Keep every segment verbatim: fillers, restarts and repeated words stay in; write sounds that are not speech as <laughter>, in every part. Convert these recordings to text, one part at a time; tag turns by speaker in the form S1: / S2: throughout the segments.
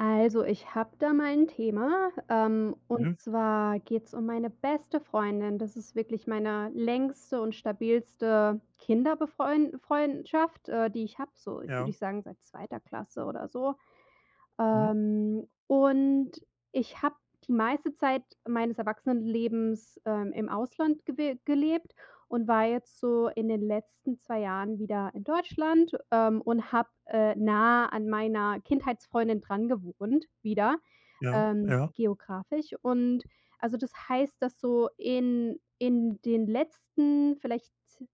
S1: Also, ich habe da mal ein Thema, ähm, und
S2: Mhm.
S1: zwar geht's um meine beste Freundin. Das ist wirklich meine längste und stabilste Kinderbefreund Freundschaft, äh, die ich habe, so ich würde
S2: Ja.
S1: ich sagen, seit zweiter Klasse oder so.
S2: Mhm.
S1: Ähm, und ich habe die meiste Zeit meines Erwachsenenlebens, ähm, im Ausland gewe gelebt und war jetzt so in den letzten zwei Jahren wieder in Deutschland, ähm, und habe, äh, nah an meiner Kindheitsfreundin dran gewohnt wieder,
S2: Ja,
S1: ähm,
S2: ja.
S1: geografisch. Und also, das heißt, dass so in in den letzten vielleicht z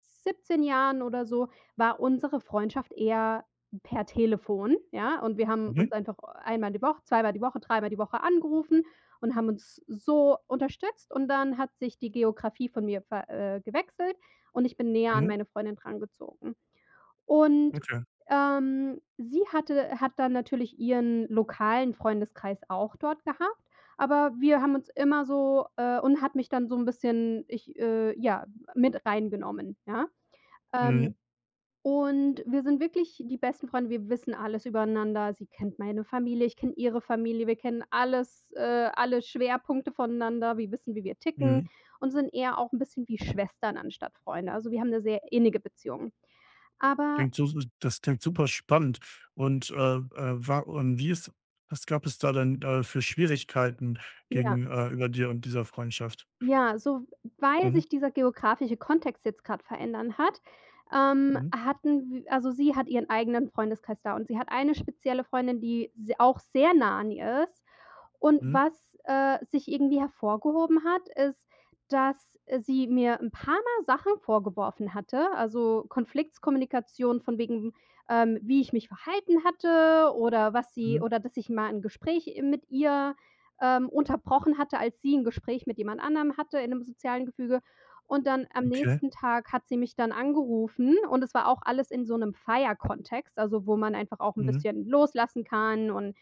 S1: siebzehn Jahren oder so war unsere Freundschaft eher per Telefon, ja? Und wir haben
S2: Mhm.
S1: uns einfach einmal die Woche, zweimal die Woche, dreimal die Woche angerufen und haben uns so unterstützt, und dann hat sich die Geografie von mir ver äh, gewechselt, und ich bin näher an
S2: Mhm.
S1: meine Freundin drangezogen. Und,
S2: Okay.
S1: ähm, sie hatte hat dann natürlich ihren lokalen Freundeskreis auch dort gehabt, aber wir haben uns immer so, äh und hat mich dann so ein bisschen ich, äh, ja, mit reingenommen, ja? Ähm
S2: Mhm.
S1: und wir sind wirklich die besten Freunde. Wir wissen alles übereinander. Sie kennt meine Familie, ich kenne ihre Familie. Wir kennen alles, äh, alle Schwerpunkte voneinander. Wir wissen, wie wir ticken
S2: Mhm.
S1: und sind eher auch 'n bisschen wie Schwestern anstatt Freunde. Also, wir haben 'ne sehr innige Beziehung. Aber
S2: Klingt so, das klingt super spannend. Und, äh, äh, wa und wie ist was gab es da denn, äh, für Schwierigkeiten
S1: ja,
S2: gegenüber dir und dieser Freundschaft?
S1: ja, so, weil
S2: Mhm.
S1: sich dieser geografische Kontext jetzt grad verändern hat, ähm,
S2: Mhm.
S1: hatten w also, sie hat ihren eigenen Freundeskreis da, und sie hat eine spezielle Freundin, die s auch sehr nah an ihr ist. Und
S2: Mhm.
S1: was, äh, sich irgendwie hervorgehoben hat, ist, dass, äh, sie mir 'n paar Mal Sachen vorgeworfen hatte, also, Konfliktskommunikation von wegen, ähm, wie ich mich verhalten hatte, oder was sie
S2: Mhm.
S1: oder dass ich mal 'n Gespräch i mit ihr, ähm, unterbrochen hatte, als sie 'n Gespräch mit jemand anderem hatte in 'nem sozialen Gefüge. Und dann am
S2: Okay.
S1: nächsten Tag hat sie mich dann angerufen, und es war auch alles in so 'nem Feierkontext, also, wo man einfach auch 'n
S2: Mhm.
S1: bisschen loslassen kann, und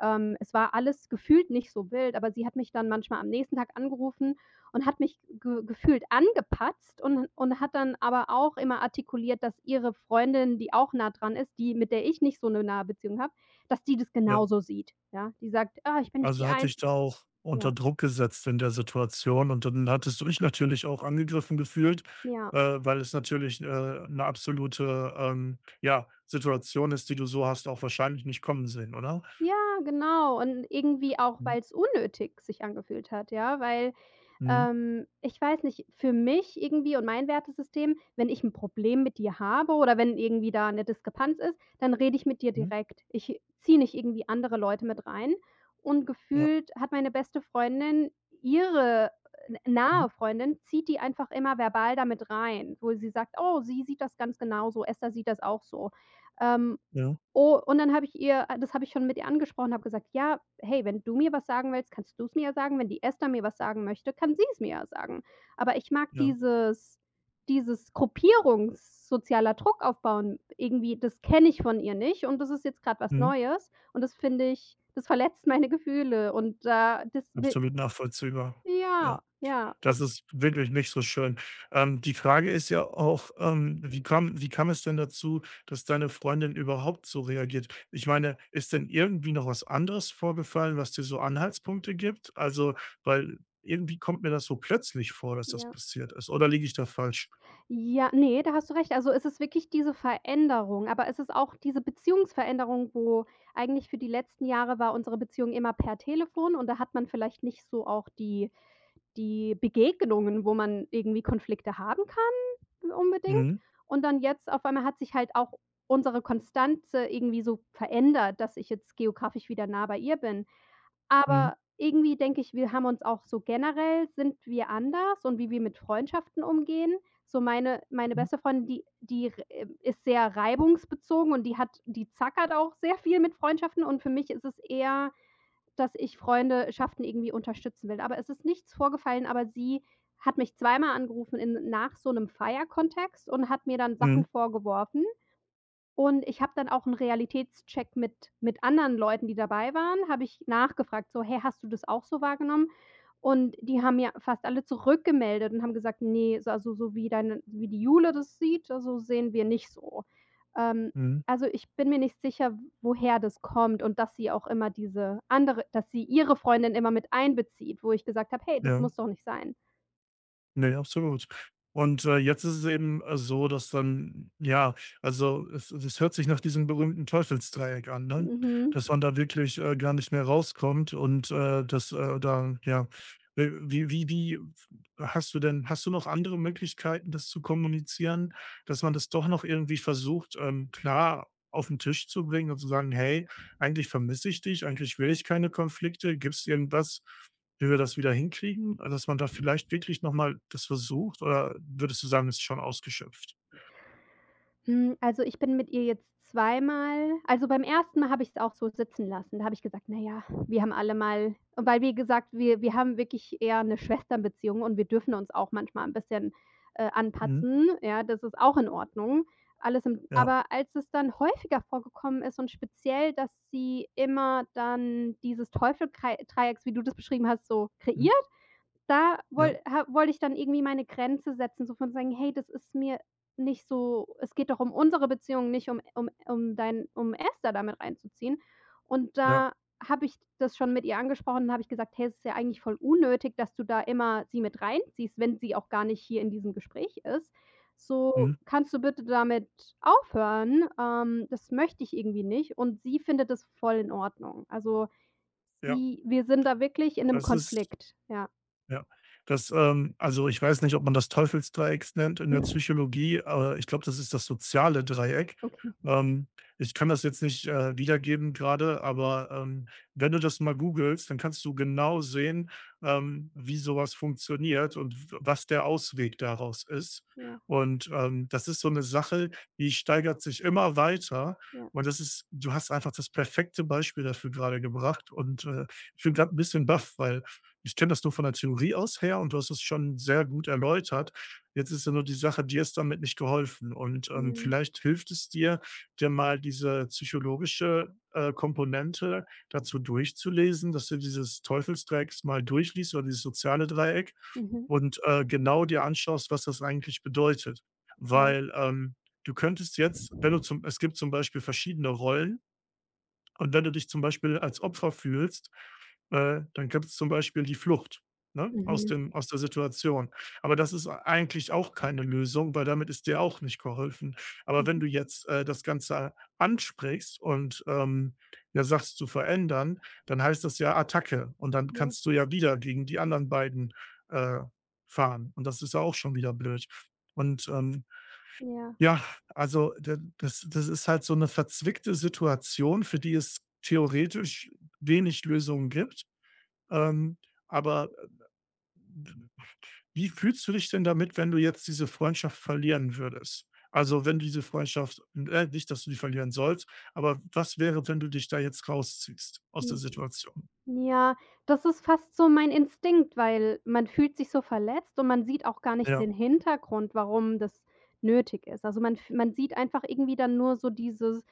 S1: ähm, es war alles gefühlt nicht so wild, aber sie hat mich dann manchmal am nächsten Tag angerufen und hat mich ge gefühlt angepatzt und und hat dann aber auch immer artikuliert, dass ihre Freundin, die auch nah dran ist, die mit der ich nicht so 'ne nahe Beziehung habe, dass die das
S2: Ja.
S1: genauso sieht, ja? Die sagt: „Ah, ich bin nicht die
S2: Also, hat dich
S1: Einz“
S2: da auch unter
S1: ja,
S2: Druck gesetzt in der Situation und dann hattest du dich natürlich auch angegriffen gefühlt,
S1: ja.
S2: äh, weil es natürlich, äh, 'ne absolute, ähm, ja, Situation ist, die du so hast auch wahrscheinlich nicht kommen sehen, oder?
S1: Ja, genau. Und irgendwie auch,
S2: Mhm.
S1: weil's unnötig sich angefühlt hat, ja, weil
S2: Mhm.
S1: Ähm, ich weiß nicht, für mich irgendwie und mein Wertesystem, wenn ich 'n Problem mit dir habe oder wenn irgendwie da 'ne Diskrepanz ist, dann rede ich mit dir
S2: Mhm.
S1: direkt. Ich ziehe nicht irgendwie andere Leute mit rein, und
S2: Ja.
S1: gefühlt hat meine beste Freundin ihre n
S2: Mhm.
S1: nahe Freundin, zieht die einfach immer verbal da mit rein, wo sie sagt: „Oh, sie sieht das ganz genauso, Esther sieht das auch so.“ Ähm,
S2: Ja.
S1: Oh, und dann habe ich ihr äh, das habe ich schon mit ihr angesprochen, habe gesagt: „Ja, hey, wenn du mir was sagen willst, kannst du's mir ja sagen. Wenn die Esther mir was sagen möchte, kann sie es mir ja sagen.“ Aber ich mag
S2: Ja.
S1: dieses dieses Gruppierungs, sozialer Druck aufbauen irgendwie, das kenne ich von ihr nicht, und das ist jetzt grad was
S2: Mhm.
S1: Neues, und das finde ich, das verletzt meine Gefühle, und da das will
S2: Absolut nachvollziehbar.
S1: ja,
S2: Ja.
S1: ja, und
S2: Das ist wirklich nicht so schön. Ähm, die Frage ist ja auch, ähm, wie kam wie kam es denn dazu, dass deine Freundin überhaupt so reagiert? Ich meine, ist denn irgendwie noch was anderes vorgefallen, was dir so Anhaltspunkte gibt? Also, weil irgendwie kommt mir das so plötzlich vor, dass das
S1: ja.
S2: passiert ist. Oder liege ich da falsch?
S1: Ja, nee, da hast du recht. Also, es ist wirklich diese Veränderung, aber es ist auch diese Beziehungsveränderung, wo eigentlich für die letzten Jahre war unsere Beziehung immer per Telefon, und da hat man vielleicht nicht so auch die die Begegnungen, wo man irgendwie Konflikte haben kann unbedingt.
S2: Mhm.
S1: Und dann jetzt auf einmal hat sich halt auch unsere Konstanze irgendwie so verändert, dass ich jetzt geografisch wieder nah bei ihr bin.
S2: Mhm.
S1: Aber irgendwie denke ich, wir haben uns auch so generell, sind wir anders, und wie wir mit Freundschaften umgehen. So, meine meine
S2: Mhm.
S1: beste Freundin, die die r äh, ist sehr reibungsbezogen, und die hat, die zackert auch sehr viel mit Freundschaften, und für mich ist es eher, dass ich Freundschaften irgendwie unterstützen will. Aber es ist nichts vorgefallen, aber sie hat mich zweimal angerufen in nach so 'nem Feierkontext und hat mir dann Sachen
S2: Mhm.
S1: vorgeworfen. Und ich habe dann auch 'n Realitätscheck mit mit anderen Leuten, die dabei waren, habe ich nachgefragt, so: „Hey, hast du das auch so wahrgenommen?“ Und die haben mir fast alle zurückgemeldet und haben gesagt: „Ne, so also, so wie deine wie die Jule das sieht, so sehen wir nicht so.“ Ähm,
S2: Mhm.
S1: also, ich bin mir nicht sicher, woher das kommt, und dass sie auch immer diese andere dass sie ihre Freundin immer mit einbezieht, wo ich gesagt habe: „Hey, das
S2: Ja.
S1: muss doch nicht sein.“
S2: Ne, absolut. Und, äh, jetzt ist es eben, äh, so, dass dann ja, also es es hört sich nach diesem berühmten Teufelsdreieck an, ne?
S1: Mhm.
S2: Dass man da wirklich, äh, gar nicht mehr rauskommt und, äh, dass, äh, da ja, äh, wie wie wie hast du denn, hast du noch andere Möglichkeiten, das zu kommunizieren, dass man das doch noch irgendwie versucht, ähm, klar auf den Tisch zu bringen und zu sagen: „Hey, eigentlich vermisse ich dich, eigentlich will ich keine Konflikte. Gibt's irgendwas?“, wie wir das wieder hinkriegen, dass man da vielleicht wirklich noch mal das versucht oder würdest du sagen, ist schon ausgeschöpft?
S1: Hm, also, ich bin mit ihr jetzt zweimal, also, beim ersten Mal habe ich's auch so sitzen lassen. Da habe ich gesagt: „Na ja, wir haben alle mal“, weil wie gesagt, wir wir haben wirklich eher 'ne Schwesternbeziehung, und wir dürfen uns auch manchmal 'n bisschen, äh,
S2: Mhm.
S1: anpatzen. Ja, das ist auch in Ordnung. Alles im
S2: Ja.
S1: Aber als es dann häufiger vorgekommen ist und speziell, dass sie immer dann dieses Teufelkrei Dreiecks, wie du das beschrieben hast, so kreiert,
S2: Mhm.
S1: da
S2: Ja.
S1: woll ha wollte ich dann irgendwie meine Grenze setzen, so von sagen: „Hey, das ist mir nicht so, es geht doch um unsere Beziehung, nicht um um um dein um Esther da mit reinzuziehen.“ Und
S2: Ja.
S1: da habe ich das schon mit ihr angesprochen, und habe ich gesagt: „Hey, es ist ja eigentlich voll unnötig, dass du da immer sie mit reinziehst, wenn sie auch gar nicht hier in diesem Gespräch ist. So,
S2: Mhm.
S1: kannst du bitte damit aufhören? Ähm, das möchte ich irgendwie nicht.“ Und sie findet das voll in Ordnung. Also,
S2: Ja.
S1: sie wir sind da wirklich in 'nem
S2: Das ist,
S1: Konflikt, ja.
S2: ja, das, ähm also, ich weiß nicht, ob man das Teufelsdreieck nennt in der Psychologie, aber ich glaube, das ist das soziale Dreieck.
S1: Okay,
S2: Ähm, ich kann das jetzt nicht, äh, wiedergeben gerade, aber, ähm, wenn du das mal googelst, dann kannst du genau sehen, ähm, wie sowas funktioniert und w was der Ausweg daraus ist.
S1: ja,
S2: Und, ähm, das ist so eine Sache, die steigert sich immer weiter
S1: ja.
S2: und das ist, du hast einfach das perfekte Beispiel dafür gerade gebracht und, äh, ich bin grad ein bisschen baff, weil ich kenne das nur von der Theorie aus her und du hast es schon sehr gut erläutert. Jetzt ist ja nur die Sache, dir ist damit nicht geholfen. Und ähm,
S1: Mhm.
S2: vielleicht hilft es dir, dir mal diese psychologische äh, Komponente dazu durchzulesen, dass du dieses Teufelsdreieck mal durchliest oder dieses soziale Dreieck
S1: Mhm.
S2: und äh, genau dir anschaust, was das eigentlich bedeutet.
S1: Okay.
S2: Weil ähm, du könntest jetzt, wenn du zum, es gibt zum Beispiel verschiedene Rollen, und wenn du dich zum Beispiel als Opfer fühlst, äh, dann gibt es zum Beispiel die Flucht, ne, aus
S1: Mhm.
S2: dem aus der Situation. Aber das ist eigentlich auch keine Lösung, weil damit ist dir auch nicht geholfen. Aber wenn
S1: Mhm.
S2: du jetzt, äh, das Ganze ansprichst und, ähm, ja, sagst zu verändern, dann heißt das ja Attacke und dann
S1: Ja,
S2: kannst du ja wieder gegen die anderen beiden, äh, fahren und das ist ja auch schon wieder blöd. Und, ähm,
S1: ja.
S2: ja, also da das das ist halt so eine verzwickte Situation, für die es theoretisch wenig Lösungen gibt. Ähm, aber wie fühlst du dich denn damit, wenn du jetzt diese Freundschaft verlieren würdest? Also, wenn diese Freundschaft äh, nicht, dass du die verlieren sollst, aber was wäre, wenn du dich da jetzt rausziehst aus der
S1: Mhm.
S2: Situation?
S1: Ja, das ist fast so mein Instinkt, weil man fühlt sich so verletzt, und man sieht auch gar nicht
S2: Ja,
S1: den Hintergrund, warum das nötig ist. Also, man f man sieht einfach irgendwie dann nur so dieses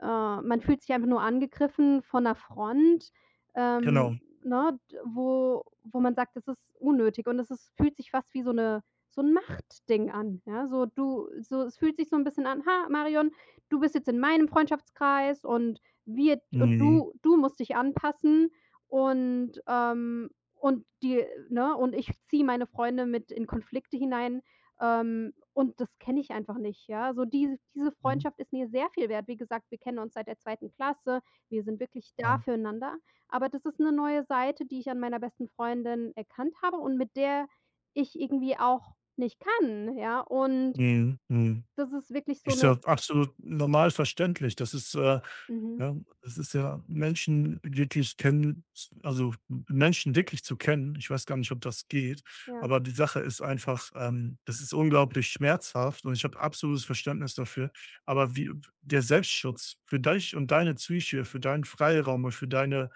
S1: äh, man fühlt sich einfach nur angegriffen von 'ner Front, ähm,
S2: genau.
S1: ne, d wo wo man sagt, das ist unnötig, und es ist, fühlt sich fast wie so 'ne, so 'n Machtding an, ja? So, du, so, es fühlt sich so 'n bisschen an: „Ha, Marion, du bist jetzt in meinem Freundschaftskreis, und wir und
S2: Mhm.
S1: du du musst dich anpassen.“ und, ähm und die Ne, und ich ziehe meine Freunde mit in Konflikte hinein, ähm, und das kenne ich einfach nicht, ja? So, diese diese
S2: Mhm.
S1: Freundschaft ist mir sehr viel wert. Wie gesagt, wir kennen uns seit der zweiten Klasse. Wir sind wirklich da
S2: Genau.
S1: füreinander. Aber das ist eine neue Seite, die ich an meiner besten Freundin erkannt habe, und mit der ich irgendwie auch nicht kann, ja? Und
S2: Mhm. Mhm.
S1: das ist wirklich so
S2: Ist
S1: eine
S2: ja absolut normal verständlich. Das ist, äh,
S1: mhm,
S2: ja, es ist ja, Menschen wirklich kennen, also, Menschen wirklich zu kennen, ich weiß gar nicht, ob das geht,
S1: ja,
S2: aber die Sache ist einfach, ähm, das ist unglaublich schmerzhaft und ich habe absolutes Verständnis dafür, aber wie der Selbstschutz für dich und deine Psyche, für deinen Freiraum und für deine,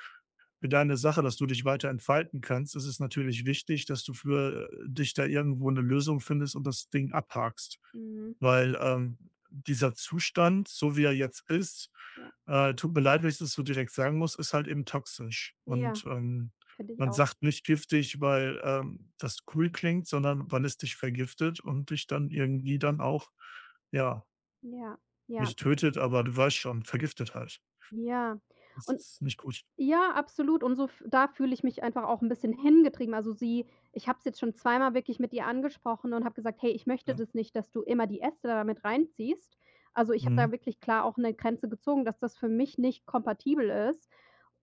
S2: für deine Sache, dass du dich weiter entfalten kannst, ist es natürlich wichtig, dass du für äh, dich da irgendwo eine Lösung findest und das Ding abhakst.
S1: mhm,
S2: Weil, ähm, dieser Zustand, so wie er jetzt ist,
S1: ja,
S2: äh, tut mir leid, wenn ich das so direkt sagen muss, ist halt eben toxisch.
S1: ja,
S2: Und, ähm,
S1: finde ich
S2: man
S1: auch.
S2: sagt nicht giftig, weil, ähm, das cool klingt, sondern weil es dich vergiftet und dich dann irgendwie dann auch, ja,
S1: Ja, ja,
S2: nicht tötet, aber du weißt schon, vergiftet halt.
S1: ja.
S2: Das
S1: Und
S2: ist nicht gut.
S1: ja, absolut. Und so f da fühle ich mich einfach auch 'n bisschen hingetrieben. Also, sie ich habe es jetzt schon zweimal wirklich mit ihr angesprochen und habe gesagt: „Hey, ich möchte
S2: Ja.
S1: das nicht, dass du immer die Äste da mit reinziehst.“ Also, ich habe
S2: Mhm.
S1: da wirklich klar auch 'ne Grenze gezogen, dass das für mich nicht kompatibel ist.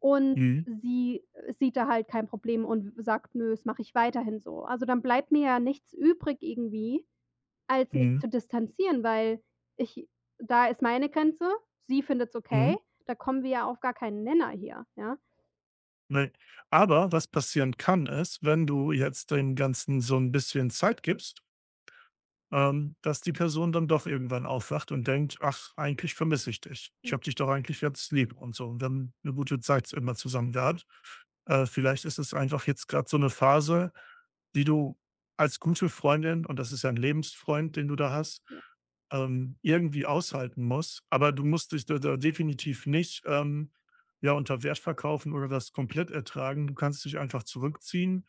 S1: Und
S2: Mhm.
S1: sie äh, sieht da halt kein Problem und sagt: „Nö, das mache ich weiterhin so.“ Also, dann bleibt mir ja nichts übrig irgendwie, als mich
S2: Mhm.
S1: zu distanzieren, weil ich, da ist meine Grenze, sie findet's okay,
S2: Mhm.
S1: da kommen wir ja auf gar keinen Nenner hier, ja?
S2: Ne. Aber was passieren kann, ist, wenn du jetzt dem Ganzen so ein bisschen Zeit gibst, ähm, dass die Person dann doch irgendwann aufwacht und denkt: „Ach, eigentlich vermisse ich dich. Ich habe dich doch eigentlich jetzt lieb“ und so. Und wir haben 'ne gute Zeit immer zusammen gehabt. Äh, vielleicht ist es einfach jetzt gerade so eine Phase, die du als gute Freundin, und das ist ja ein Lebensfreund, den du da hast,
S1: Ja.
S2: ähm, irgendwie aushalten musst. Aber du musst dich da da definitiv nicht, ähm, ja, unter Wert verkaufen oder das komplett ertragen. Du kannst dich einfach zurückziehen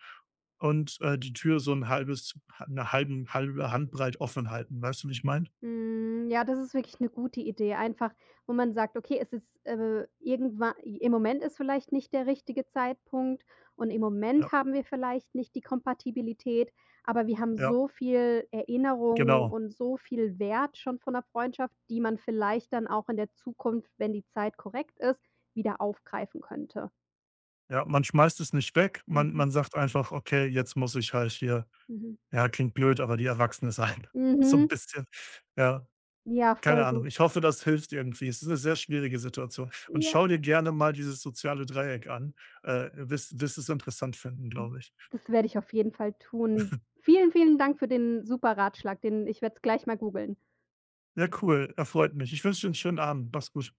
S2: und, äh, die Tür so ein halbes eine halben halbe Handbreit offen halten. Weißt du, wie ich meine?
S1: Hm, ja, das ist wirklich eine gute Idee, einfach, wo man sagt: „Okay, es ist, äh, irgendwa im Moment ist vielleicht nicht der richtige Zeitpunkt, und im
S2: Ja,
S1: Moment haben wir vielleicht nicht die Kompatibilität, aber wir haben
S2: ja,
S1: so viel Erinnerung
S2: genau.
S1: und so viel Wert schon von der Freundschaft, die man vielleicht dann auch in der Zukunft, wenn die Zeit korrekt ist, wieder aufgreifen könnte.“
S2: Ja, man schmeißt es nicht weg. Man
S1: Mhm,
S2: man sagt einfach: „Okay, jetzt muss ich halt hier“,
S1: mhm.
S2: ja, klingt blöd, aber die Erwachsene sein. <laughs> So ein
S1: Mhm.
S2: bisschen. Ja,
S1: Ja,
S2: keine
S1: voll
S2: Ahnung.
S1: gut.
S2: Ich hoffe, das hilft irgendwie. Es ist eine sehr schwierige Situation. Und
S1: Ja.
S2: schau dir gerne mal dieses soziale Dreieck an. Äh, wirst wirst es interessant finden,
S1: Hm,
S2: glaube ich.
S1: das werde ich auf jeden Fall tun.
S2: <laughs>
S1: Vielen, vielen Dank für den super Ratschlag, den ich werde es gleich mal googeln.
S2: Ja, cool. Erfreut mich. Ich wünsche dir einen schönen Abend. Mach's gut.